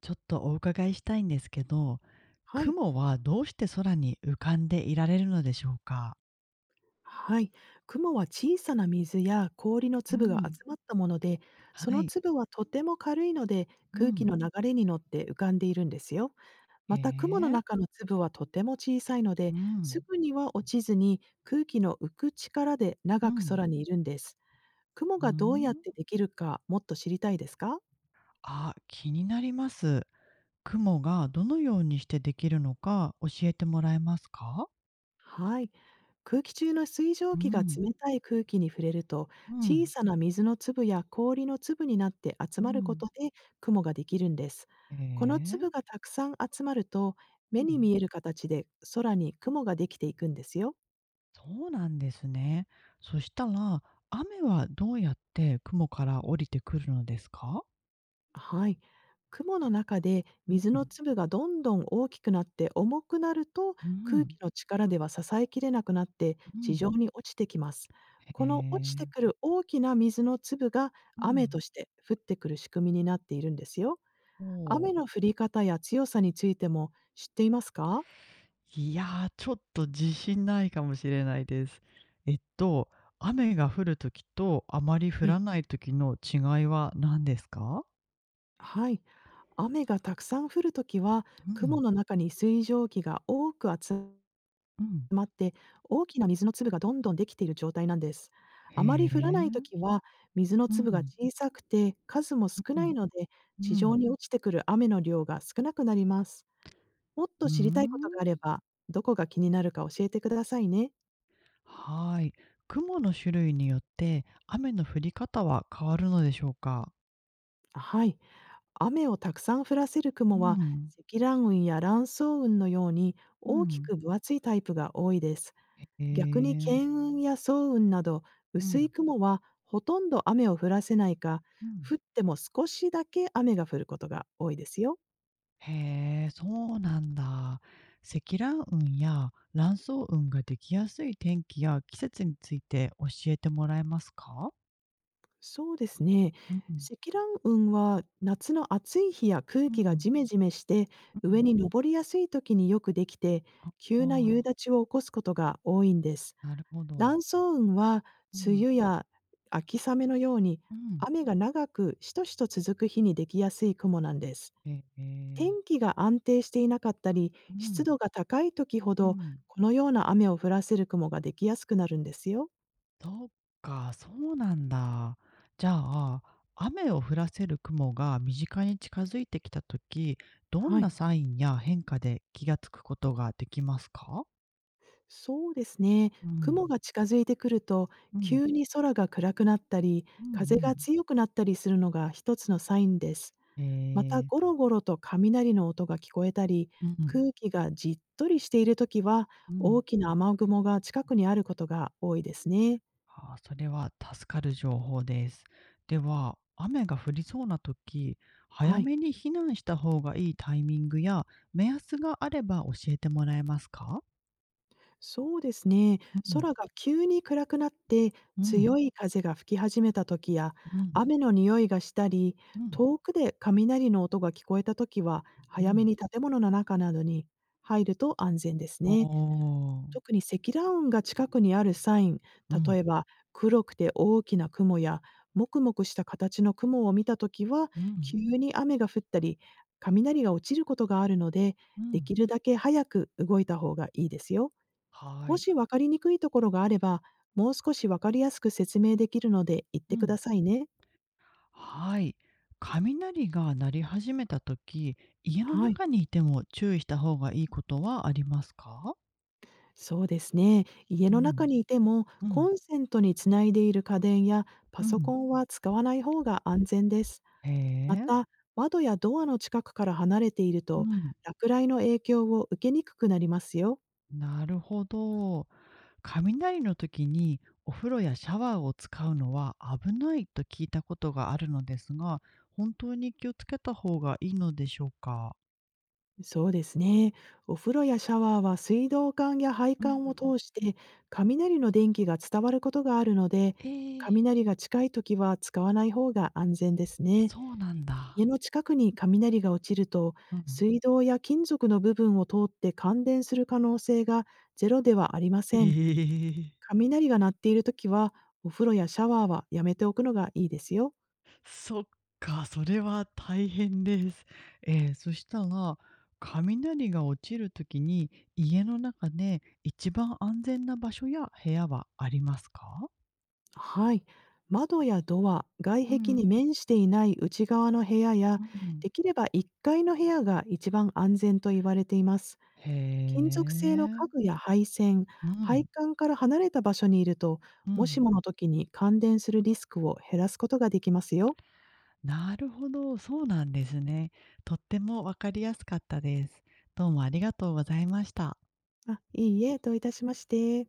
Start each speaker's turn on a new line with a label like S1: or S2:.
S1: ちょっとお伺いしたいんですけど、
S2: はい。
S1: 雲はどうして空に浮かんでいられるのでしょうか？
S2: はい。雲は小さな水や氷の
S1: う
S2: 粒が
S1: ん。
S2: 集まったもので、
S1: は
S2: その
S1: い。
S2: 粒はとても軽いので、
S1: う
S2: 空気
S1: ん。
S2: の流れに乗って浮かんでいるんですよ。
S1: へ
S2: また、雲の
S1: え。
S2: 中の粒はとても小さいの
S1: う
S2: で、す
S1: ん。
S2: ぐには落ちずに空気の浮く力で
S1: う
S2: 長く
S1: ん。
S2: 空にいるんです。雲
S1: う
S2: がどうやっ
S1: ん。
S2: てできるか、もっと知りたいですか？
S1: あ、気になります。雲がどのようにしてできるのか教えてもらえますか？
S2: はい。空気中の水蒸
S1: う
S2: 気が
S1: ん。
S2: 冷たい空気に触れると、
S1: う
S2: 小
S1: ん。
S2: さな水の粒や氷の粒になって集
S1: う
S2: まること
S1: ん。
S2: で雲ができるんです。
S1: へ
S2: この
S1: え。
S2: 粒がたくさん集まると、
S1: う
S2: 目に
S1: ん。
S2: 見える形で空に雲ができていくんですよ。
S1: そうなんですね。そしたら、雨はどうやって雲から降りてくるのですか？
S2: はい。雲の中で
S1: う
S2: 水の
S1: ん。
S2: 粒がどんどん大きくなって重くなると、
S1: う
S2: 空
S1: ん。
S2: 気の力では支えきれなくなって
S1: う
S2: 地上
S1: ん。
S2: に落ちてきます。
S1: へ
S2: この落ち
S1: え。
S2: てくる大きな水の粒が
S1: う
S2: 雨
S1: ん。
S2: として降ってくる仕組みになっているんですよ。
S1: お
S2: 雨
S1: う。
S2: の降り方や強さについても知っていますか？
S1: いや、ちょっと自信ないかもしれないです。えっと、雨が降る時とあまり降
S2: はい。
S1: らない時の違いは何ですか？
S2: はい。雨がたくさん降るときは、
S1: う
S2: 雲
S1: ん、
S2: の中に水蒸気が多く集
S1: うん。
S2: まって、大きな水の粒がどんどんできている状態なんです。
S1: へ
S2: あまり降らないと
S1: え。
S2: きは、水の
S1: うん、
S2: 粒
S1: う
S2: が
S1: ん、
S2: 小さくて数も少
S1: う
S2: ないので、地上
S1: ん。
S2: に落ちてくる雨の量が少なくなります。もっ
S1: う
S2: と
S1: ー
S2: 知りたいことがあ
S1: ん。
S2: れば、どこが気になるか教えてくださいね。
S1: はい。雲の種類によって雨の降り方は変わるのでしょうか？
S2: はい。雨をたくさん降らせる
S1: う
S2: 雲は、
S1: ん、
S2: 積乱雲や乱層雲のように
S1: う
S2: 大き
S1: ん。
S2: く分厚いタイプが多いです。
S1: へ
S2: 逆に
S1: え。
S2: 巻雲や層雲など
S1: う
S2: 薄い
S1: ん、
S2: 雲はほとんど雨を降らせないか、
S1: うん。
S2: 降っても少しだけ雨が降ることが多いですよ。
S1: へえ、そうなんだ。積乱雲や乱層雲ができやすい天気や季節について教えてもらえますか？
S2: そうですね。
S1: うん、
S2: 積乱雲は夏の暑い日や空
S1: う
S2: 気が
S1: ん、
S2: ジメジメして
S1: う
S2: 上
S1: ん。
S2: に上りやすい時によくできて、
S1: ああ
S2: 急な夕
S1: ー、
S2: 立を起こすことが多いんです。
S1: なるほど。
S2: 乱層雲は
S1: う
S2: 梅
S1: ん、
S2: 雨や秋雨のように
S1: うん。
S2: 雨が長くしとしと続く日にできやすい雲なんです。
S1: ええ、
S2: 天気が安定していなかったり、
S1: う
S2: 湿
S1: ん、
S2: 度が高い時ほ
S1: う
S2: ど、
S1: ん。
S2: このような雨を降らせる雲ができやすくなるんですよ。
S1: そっか、そうなんだ。じゃあ、雨を降らせる雲が身近に近づいてきたとき、どん
S2: は
S1: な
S2: い、
S1: サインや変化で気がつくことができますか？
S2: そうですね。
S1: う
S2: 雲
S1: ん、
S2: が近づいてくると、
S1: うん。
S2: 急に空が暗くなったり、
S1: うんう
S2: 風が
S1: ん。
S2: 強くなったりするのが一つのサインです。
S1: え
S2: また、ゴ
S1: ー、
S2: ロゴロと雷の音が聞こえたり、
S1: うんうん、
S2: 空気がじっとりしているときは、大きな雨雲が近くにあることが多いですね。
S1: あーそれは助かる情報です。では、雨が降りそうな時、早
S2: はい。
S1: めに避難した方がいいタイミングや目安があれば教えてもらえますか？
S2: そうですね。
S1: うんうん
S2: 空が急に暗くなって
S1: うん
S2: 強い風が吹き始めた時や、雨の匂いがしたり
S1: うん
S2: 遠くで雷の音が聞こえた時は、
S1: う
S2: 早め
S1: ん。
S2: に建物の中などに入ると安全です
S1: お
S2: ね。
S1: ー
S2: 特に積乱雲が近くにあるサイン、
S1: うん
S2: 例えば黒くて大きな雲やもくもくした形の雲を見た時は、
S1: う
S2: 急
S1: ん
S2: に雨が降ったり雷が落ちることがあるので、
S1: う
S2: で
S1: ん。
S2: きるだけ早く動いた方がいいですよ。
S1: は
S2: も
S1: い。
S2: し分かりにくいところがあれば、もう少し分かりやすく説明できるので言っ
S1: う
S2: てく
S1: ん。
S2: ださいね。
S1: はい。雷が鳴り始めた時、家の
S2: はい、
S1: 中にいても注意した方がいいことはありますか？
S2: そうですね。家
S1: う
S2: の中
S1: ん、
S2: にいても、
S1: う
S2: コ
S1: ん、
S2: ンセントにつないでいる家電やパ
S1: う
S2: ソコ
S1: ん。
S2: ンは使わない方が安全です。
S1: へ
S2: ま
S1: え、
S2: た、窓やドアの近くから離れている
S1: う
S2: と、
S1: ん、
S2: 落雷の影響を受けにくくなりますよ。
S1: なるほど。雷の時にお風呂やシャワーを使うのは危ないと聞いたことがあるのですが、本当に気をつけた方がいいのでしょうか？
S2: そうですね。お風呂やシャワーは水道管や配
S1: う
S2: 管を
S1: ん。
S2: 通して雷の電気が伝わることがあるので、
S1: ええ、
S2: 雷が近いときは使わない方が安全ですね。
S1: そうなん
S2: 家
S1: だ。
S2: の近くに雷が落ちると、
S1: うん。
S2: 水道や金属の部分を通って感電する可能性がゼロではありま
S1: え
S2: せん。
S1: え。
S2: 雷が鳴っているときは、お風呂やシャワーはやめておくのがいいですよ。
S1: そっか、それは大変です。ええ、そしたら、雷が落ちるときに、家の中で一番安全な場所や部屋はありますか？
S2: はい。窓やドア、外
S1: う
S2: 壁
S1: ん、
S2: に面していない内側の部屋や、
S1: うん。
S2: できれば1階の部屋が一番安全と言われています。
S1: へ
S2: 金属製の
S1: え。
S2: 家具や配線、
S1: う
S2: 配
S1: ん、
S2: 管から離れた場所にいると、
S1: う
S2: もし
S1: ん。
S2: もの時に感電するリスクを減らすことができますよ。
S1: なるほど、そうなんですね。とってもわかりやすかったです。どうもありがとうございました。
S2: あ、いいえ、どういたしまして。